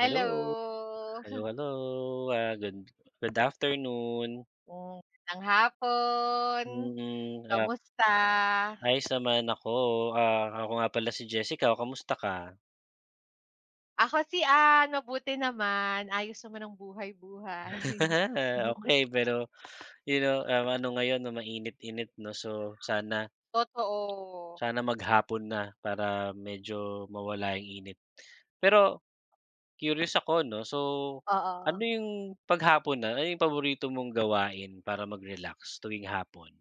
Hello, hello, hello, ah, good good afternoon. Hmm. Magandang hapon, Mm, ah, kamusta? ayos naman ako, ah, ako nga pala si Jessica, kamusta ka? Ako si Ann, mabuti naman, ayos naman ang buhay-buhay. Okay pero ano ngayon 'no, mainit-init 'no, so sana Totoo, sana maghapon na para medyo mawala yung init. Pero curious ako 'no, so oo. ano yung 'pag ano yung paborito mong gawain para mag-relax tuwing hapon?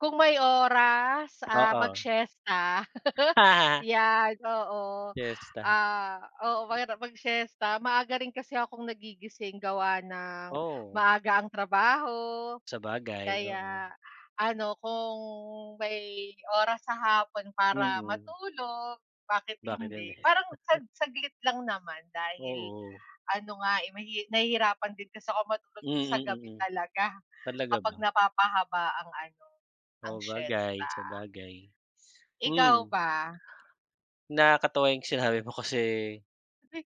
Kung may oras, Oo. mag-siesta. 'Yan, oo. Yes, Ah, Oo, mahirap mag-siesta. Maaga rin kasi akong nagigising gawa ng oh. maaga ang trabaho. Sabagay, oo. Kaya ano, kung may oras sa hapon para Mm, matulog, bakit bakit hindi? hindi? Parang saglit lang naman dahil Oo. ano nga, eh, nahihirapan din kasi ako matulog Mm, yung sa mm. gabi Mm. talaga Talaga kapag ba? napapahaba ang ano, ang Sabagay, siyesta. sabagay. Ikaw Hmm, ba? Nakakatuwa yung sinabi mo kasi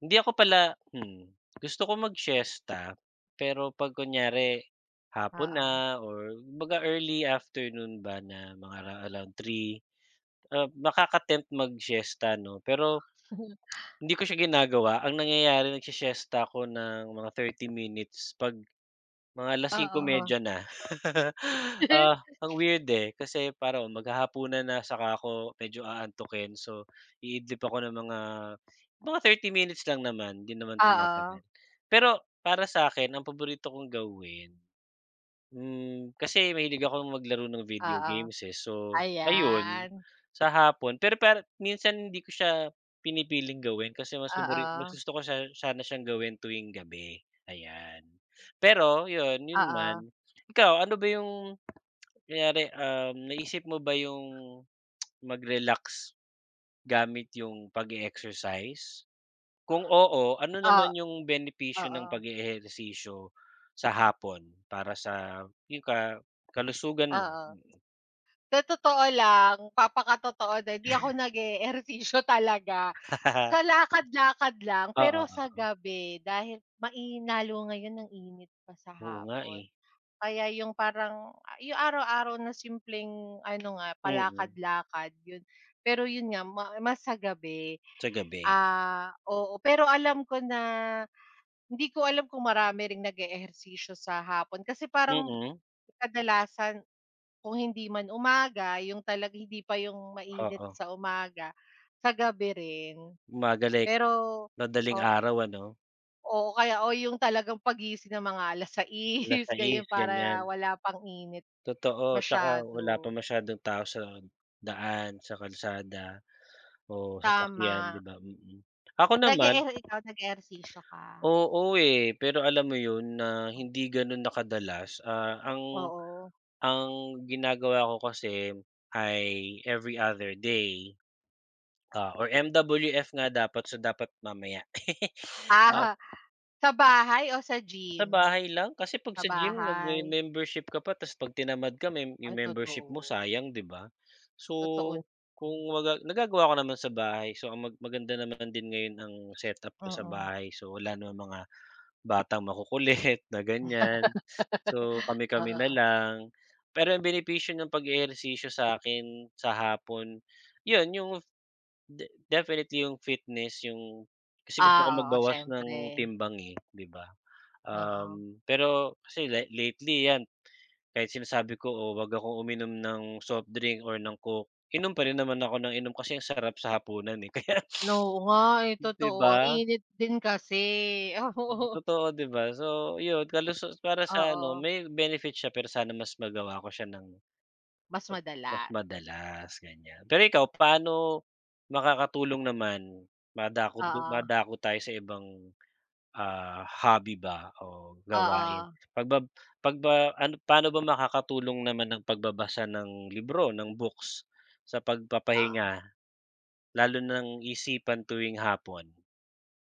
hindi ako pala gusto ko mag-siesta pero 'pag kunyari hapon Oo. na or kumbaga early afternoon ba na mga around 3, nakaka-tempt mag-siesta 'no, pero hindi ko siya ginagawa. Ang nangyayari nagsi-siesta ako ng mga 30 minutes 'pag mga 5:00 Oo. na. Ah, ang weird, eh, kasi parang maghahapunan na saka ako medyo aantukin. So, iidlip ako ng mga 30 minutes lang naman, hindi naman Oo, tumatagal. Pero para sa akin, ang paborito kong gawin, kasi mahilig ako maglaro ng video oo. games, eh. So, ayun, Ayan. sa hapon pero minsan hindi ko siya pinipiling gawin kasi mas Oo, gusto ko siya sana siyang gawin tuwing gabi, ayan. Pero yun, yun man. oo. Ikaw, ano ba yung kunyari, naisip mo ba yung mag-relax gamit yung pag-e-exercise? Kung oo, ano O naman yung benepisyo ng oo, pag-eehersisyo sa hapon para sa yung kalusugan mo? oo. Sa totoo lang, na hindi ako nag-eehersisyo talaga. Sa lakad-lakad lang, Oo, pero sa oo. gabi dahil lalo ngayon ang init pa sa Oo nga, hapon. eh. Kaya yung parang yung araw-araw na simpleng ano nga, Mm, palakad-lakad yun. Pero yun nga mas sa gabi. sa gabi. Oo, pero alam ko na hindi ko alam kung marami ring nag-eehersisyo sa hapon kasi parang Mm, kadalasan kung hindi man umaga yung talaga hindi pa yung mainit oo. sa umaga, sa gabi rin. Umagalik, Pero o madaling araw ano? oo, kaya o yung talagang paggising ng mga 6:00 ganyan 6:00 ganyan. para wala pang init Totoo, tsaka wala pa masyado. masyadong tao sa daan, sa kalsada o sasakyan, 'di Tama, ba? Mm. Ako naman ikaw nag-eehersisyo ka? oo, eh, pero alam mo yun na hindi ganun na kadalas, ang Oo. ang ginagawa ko kasi ay every other day, or MWF nga dapat, so dapat mamaya. Ah, Ah, sa bahay o sa sa gym? bahay lang kasi 'pag Sa sa gym bahay. magme-membership ka pa ta's 'pag tinamad ka Ay yung membership totoo. mo sayang, 'di ba? So, Totoo kung naman. Mm. Nagagawa ko naman sa bahay. So, ang maganda naman din ngayon ang setup ko sa Oo. bahay. So, wala naman mga batang makukulit na ganyan. So, kami-kami na lang. Pero ang benepisyo ng pag-ehersisyo sa'kin sa hapon, yun yung definitely yung fitness, yung kasi gusto ko Oo magbawas ng siyempre. timbang, eh, 'di ba? Oo. Pero kasi lately 'yan, kahit sinasabi ko, "Oh, 'wag akong uminom ng soft drink or ng Coke," inom pa rin naman ako ng inom kasi ang sarap sa hapunan, eh, kaya Oo nga, eh, 'di totoo ang ba? init din kasi. Oo. Totoo, 'di ba? So, yun para sa ano, Oo, may benefit siya pero sana mas magawa ko siya ng mas mas madalas. madalas, ganyan. Pero ikaw, paano makakatulong naman? Oo, Madako tayo sa ibang, hobby ba o gawain? oo, Pagbab pagba Ano paano ba makakatulong naman ng pagbabasa ng libro, ng books sa oo, pagpapahinga, lalo ng isipan tuwing hapon?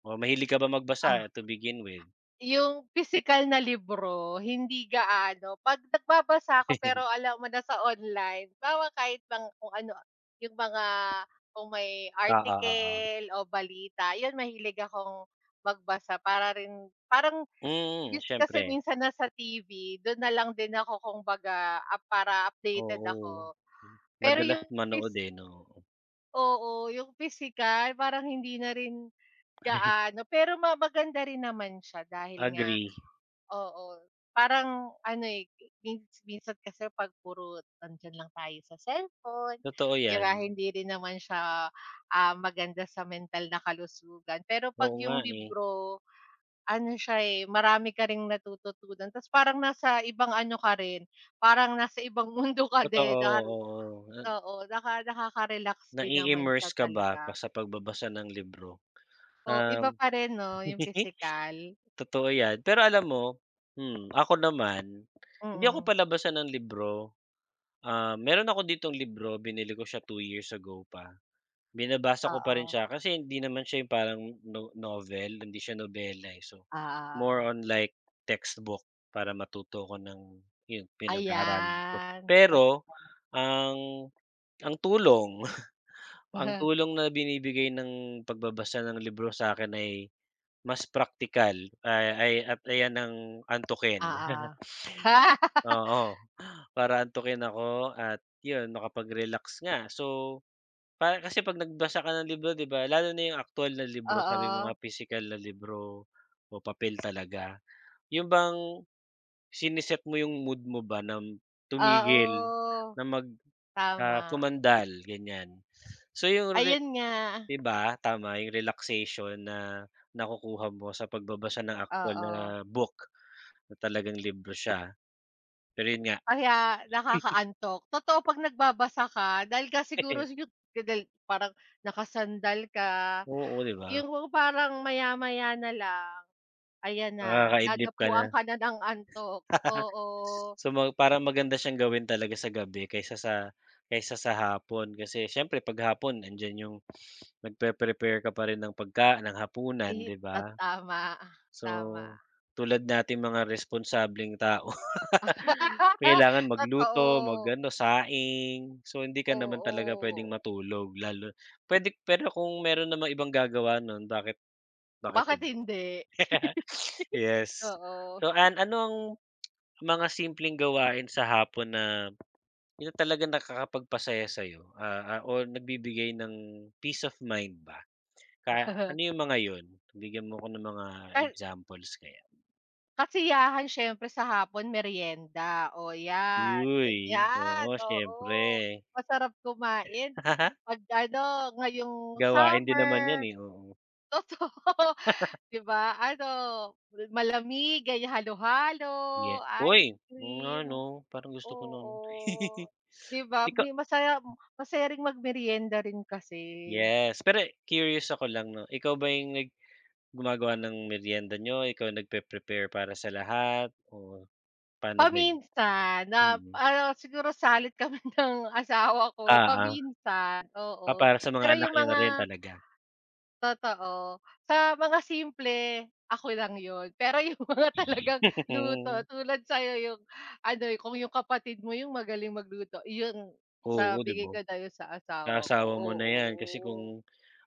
O mahilig ka ba magbasa ah, to begin with? yung physical na libro hindi gaano 'pag nagbabasa ako pero alam mo na sa online, kahit mga kung ano, yung mga kung may Ah, ah, ah, ah. article o balita, yun mahilig akong magbasa para rin parang Mm, kasi siyempre, minsan nasa TV, dun na lang din ako kumbaga, para updated oo. ako. Pero Madalas yung manood, phys eh, 'no? oo, yung pisikal parang hindi na rin gaano, pero maganda rin naman siya dahil nga Agree, oo, parang ano, eh, min minsan kasi 'pag puro nandiyan lang tayo sa cellphone, totoo 'di 'yan. ba, hindi rin naman siya, maganda sa mental na kalusugan. Pero 'pag Oo nga, yung eh, libro ano siya, eh, marami ka ring natututunan ta's parang nasa ibang ano ka rin, parang nasa ibang mundo ka totoo, din oo. Oo, nakaka-relax din naman siya Nai-immerse ka ba talaga. pa sa pagbabasa ng libro? O iba Um, pa rin 'no, yung pisikal? Totoo 'yan. Pero alam mo, ako naman, hindi ako Mm, palabasan ng libro. Ah, meron ako ditong libro, binili ko siya 2 years ago pa. Binabasa ko pa rin oo. siya kasi hindi naman siya yung parang no novel, hindi siya nobela, eh. So, Ah, more oo. on like textbook para matuto ko ng yun, pinag-aaralan ko. Ayan. Pero ang ang tulong, ang tulong na binibigay ng pagbabasa ng libro sa akin ay mas practical ay at ayan ang antukin. ah ah. Oo, para antukin ako at yun, makapag-relax nga. So para kasi 'pag nagbasa ka ng libro 'di ba, lalo na yung aktuwal na libro, sabi mo nga Oo. physical na libro o papel talaga, yung bang siniset mo yung mood mo ba na tumigil, Oo, na tama. sumandal ganyan? So yung re Ayun nga, 'di ba, tama yung relaxation na nakukuha mo sa pagbabasa ng aktuwal na oo. book na talagang libro siya, pero yun nga Kaya nakakaantok. Totoo 'pag nagbabasa ka dahil nga siguro yung dahil parang nakasandal ka, oo 'di ba, yung parang maya-maya na lang, ayan na, makakaidlip ka na. dadapuan ka na ng antok. Oo, So, parang maganda siyang gawin talaga sa gabi kaysa sa hapon kasi siyempre 'pag hapon andiyan yung nagpe-prepare ka pa rin ng ng hapunan, ihi 'di ba? ta tama, So, tama. tulad nating mga responsableng tao kailangan magluto, mag Totoo, ano, saing. So, hindi ka naman talaga puwedeng oo. matulog puwede pero kung meron namang ibang gagawa nun bakit bakit Bakit hindi? hindi? Yes. Oo. So, ano ang mga simpleng gawain sa hapon na yun talaga nakakapagpasaya sa'yo, o nagbibigay ng peace of mind ba? Ano yung mga yun? Bigyan mo ako ng mga Kay examples kaya. Kasiyahan siyempre sa hapon merienda o yan, Uy, ganyan, oo siyempre. oo. Masarap kumain 'pag ano, ngayong Gawain din naman yan, summer, eh, oo. totoo, 'di ba? Ano, malamig, ganyan, halo-halo, Uy, ice oo nga cream, 'no, parang gusto ko nun. oo. 'Di ba, Ikaw? may masaya masaya ring magmerienda rin kasi. Yes, pero curious ako lang 'no, ikaw ba yung gumagawa ng merienda niyo, ikaw nagpe-prepare para sa lahat o paano ba yun? Paminsan na Mm, ano, siguro salit kami ng asawa ko oo. paminsan, Ah, oo. para sa Pero mga anak yung niyo na rin mga talaga. totoo, sa mga simple, ako lang yon. Pero yung mga talagang luto tulad sa'yo yung ano, kung yung kapatid mo yung magaling magluto, yun sa Oo, 'di bigay ba? ko na yun sa asawa ko, Sa Mo na 'yan kasi oo. kung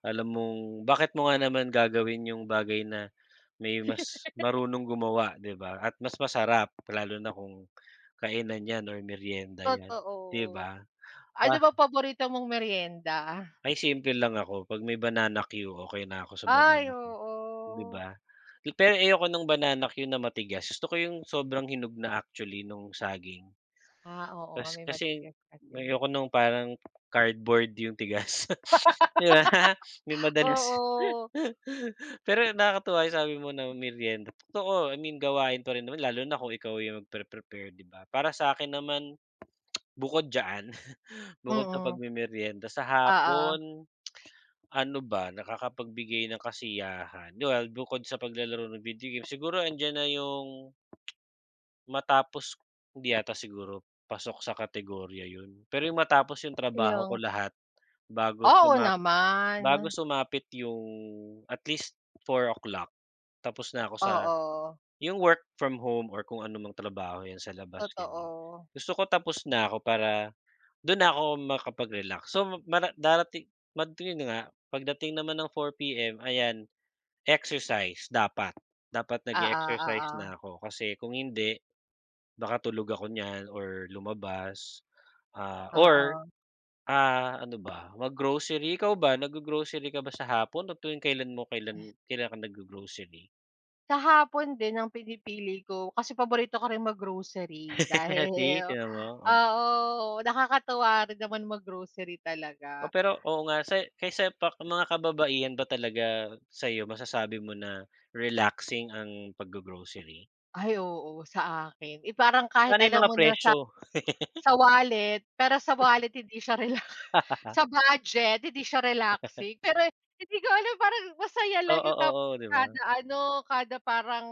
alam mong bakit mo nga naman gagawin yung bagay na may mas marunong gumawa, 'di ba? At mas masarap lalo na kung kainan 'yan or merienda, 'yan, 'di Totoo. ba? Ano Pa ba paborito mong meryenda? ay simple lang ako 'pag may banana Q, okay na ako sa Ay, banana Q, 'di oo. ba? Pero ayoko nung banana Q na matigas, gusto ko yung sobrang hinog na actually nung saging. Oo nga Kas may kasi matigas kasi. ayoko nung parang cardboard yung tigas, 'di ba? Yung madalas Oo. pero nakakatuwa yung sabi mo na meryenda, totoo, I mean gawain pa rin naman lalo na kung ikaw yung magpre-prepare, 'di ba? Para sa akin naman bukod diyan, bukod sa Mm. pagmemeryenda, sa Oo. hapon, ano ba, nakakapagbigay ng kasiyahan, well, bukod sa paglalaro ng video game, siguro andiyan na yung Matapos hindi yata siguro pasok sa kategorya yun. Pero yung matapos yung trabaho ko Yung lahat bago oo sumap naman. bago sumapit yung at least 4 o'clock tapos na ako sa Oo, yung work from home or kung ano mang trabaho yan sa labas, ganyan. totoo. Gusto ko tapos na ako para dun ako makapag-relax. So mara darati mad yun nga, pagdating naman ng 4 PM ayan, exercise dapat. Dapat nag Oo, exercise oo, na ako kasi kung hindi nakatulog ako niyan or lumabas, ah, or, oo. Ano ba, mag-grocery. Ikaw ba, nag grocery ka ba sa hapon o tuwing kailan kailan ka nag-go-grocery? Sa hapon din ang pinipili ko kasi paborito ko rin mag-grocery dahil See, tignan mo, oh. oo, nakakatuwa rin naman mag-grocery Oh, talaga. pero oo nga sa kaysa pa mga kababaihan ba talaga sa'yo masasabi mo na relaxing ang pag-go-grocery? Ay oo, sa akin. Eh, parang kahit Paano yung alam mga mo na presyo? sa wallet, pero sa wallet hindi siya relax, sa budget hindi siya relaxing, pero hindi ko alam parang masaya lang Oo, yung oo, oo, 'di ba? kada ano, kada parang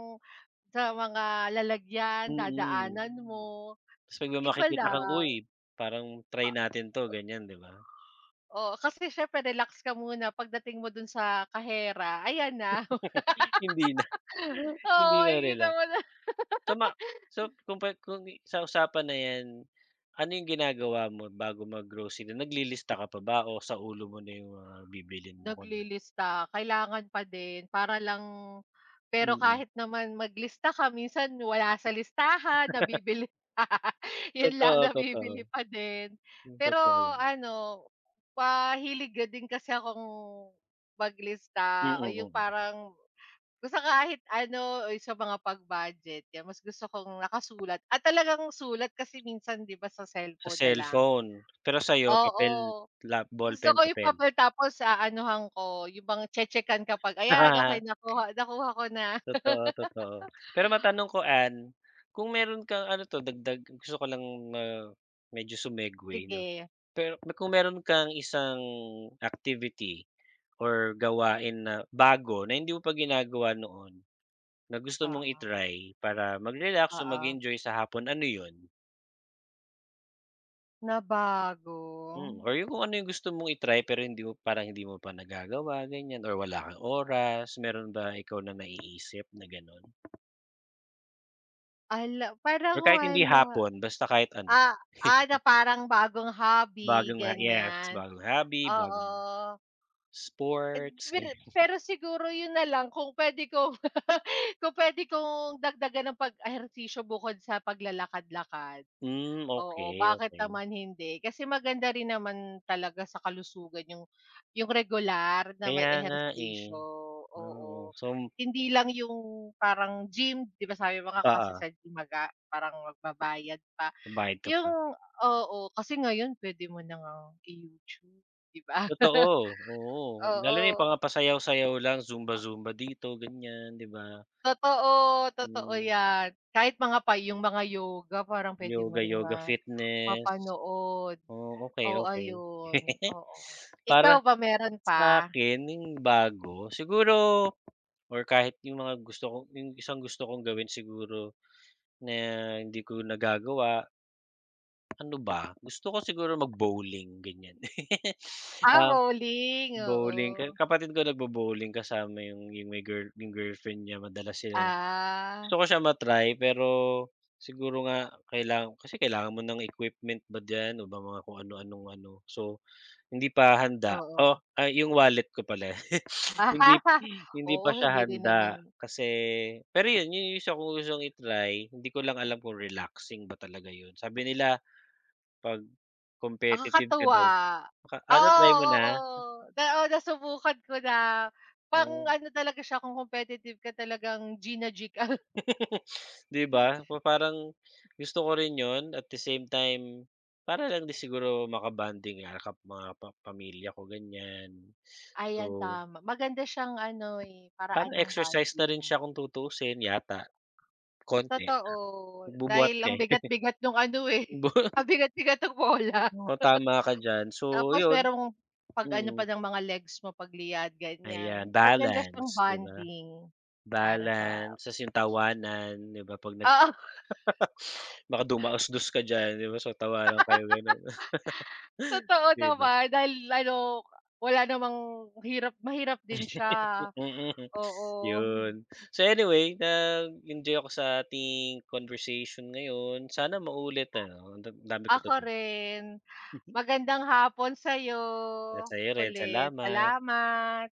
sa mga lalagyan, Mm. dadaanan mo, Tas pag may iba makikita kang, lang. "Uy, parang try natin 'to," ganyan, 'di ba? Oo, kasi siyempre relax ka muna pagdating mo dun sa kahera ayan na. Hindi na, hindi Oo, na makikita. so so kung kung sa usapan na 'yan, ano yung ginagawa mo bago mag-grocery? Naglilista ka pa ba o sa ulo mo na yung mga bibilhin mo Naglilista, kailangan pa din para lang, pero mm. kahit naman maglista ka minsan wala sa listahan, nabibili pa. Yun lang Totoo, totoo. nabibili pa din. Pero Totoo 'yan. ano, mahilig na din kasi akong maglista Mm, o mm. yung Mm, mm. parang basta kahit ano o sa mga pag-budget, yan mas gusto kong nakasulat at talagang sulat kasi minsan 'di ba sa Sa cellphone na lang. cellphone. Pero sa'yo papel, Oo. Gusto ballpen, ko yung papel. papel tapos aanuhan ko, yung bang tse-tsekan kapag, "Ayan, okey nakuha nakuha ko na." Totoo, totoo. Pero matanong ko, Ann, kung meron kang ano 'to dagdag gusto ko lang ma medyo sumegway 'no. Sige, Pero kung meron kang isang activity or gawain na bago na hindi mo pa ginagawa noon, na gusto mong oo, i-try para mag-relax o oo. mag-enjoy sa hapon, ano yun? Na bago? Or yung kung ano yung gusto mong i-try pero hindi mo parang hindi mo pa nagagawa, ganyan or wala kang oras, meron ba ikaw na naiisip na gano'n? Ala parang Or kahit hindi wala. hapon, basta kahit ano. Ah, ah, na parang bagong hobby, Bagong ha Yes, ganyan. bagong hobby, Oo. bagong Eh, sports, pero ganyan. pero siguro yun na lang kung puwede kong kung puwede kong dagdagan ng pag-ehersisyo bukod sa paglalakad-lakad. Hmm, Oo, okay, bakit okey, naman hindi? Kasi maganda rin naman talaga sa kalusugan yung regular na may kaya nga, eh. ehersisyo, Oo, oo. so Hindi lang yung parang gym, 'di ba sabi mo nga kasi oo, sa gym parang magbabayad pa. bayad ka pa. Yung oo, kasi ngayon pwede mo na ngang i-YouTube, 'di ba? Totoo, oo. Lalo na yung Oo, mga pasayaw-sayaw lang, zumba-zumba dito, ganyan, 'di ba? totoo, totoo Hmm, 'yan. Kahit mga pa yung mga yoga parang pwede mo ring Yoga-yoga fitness. mapanood. Oh, okay Oo, okey. ayun, oo. Para Ikaw ba meron sa pa? akin yung bago, siguro or kahit yung isang gusto kong gawin siguro na hindi ko nagagawa, ano ba? Gusto ko siguro mag-bowling, ganyan. Ah, Um, bowling, Bowling, oo. kapatid ko nagbo-bowling kasama yung may girl yung girlfriend niya, madalas sila. Gusto Ah, ko siya ma-try pero siguro nga kasi kailangan mo ng equipment ba diyan o ba mga kung ano-anong ano. So, hindi pa handa. Oh, oo. ay yung wallet ko pala. Hindi hindi Oo, pa siya hindi rin naman handa kasi pero yun yung isa kong gustong i-try. Hindi ko lang alam kung relaxing ba talaga yun. Sabi nila 'pag competitive ka nakakatuwa. daw baka ano, Oo, try mo oo, na? na oo. Oh, nasubukan ko na. Oh. Pang-ano talaga siya, kung competitive ka talagang Gina-G. 'Di ba? Parang gusto ko rin yon at the same time, para lang din siguro bonding nga kap mga pa pamilya ko ganyan. Ayan, So, tama. Maganda siyang ano, eh, paraan parang ng exercise na bonding. rin siya kung tutuusin yata, konti. Totoo, Nagbubuhat dahil ka, ang eh. bigat-bigat nung ano, eh, Bu ang bigat-bigat ng bola. Oo, tama ka diyan. So Tapos 'yun, merong pag-ano mm. pa ng mga legs mo pagliyad Ayan, ganyan. Maganda siyang balance, 'di ba? bonding para sa Balance, sa yung tawanan, 'di ba, 'pag oo, baka dumaos-dos ka diyan, 'di ba, so tawanan kayo gano'n, totoo 'di ba? naman dahil ano, wala namang mahirap din siya, Mm, oo. yun. So anyway, nag-enjoy ako sa ating conversation ngayon. Sana maulit ano, ang dami ko Ako natutunan. rin, magandang hapon sa'yo Sa'yo rin, ulit, salamat. salamat.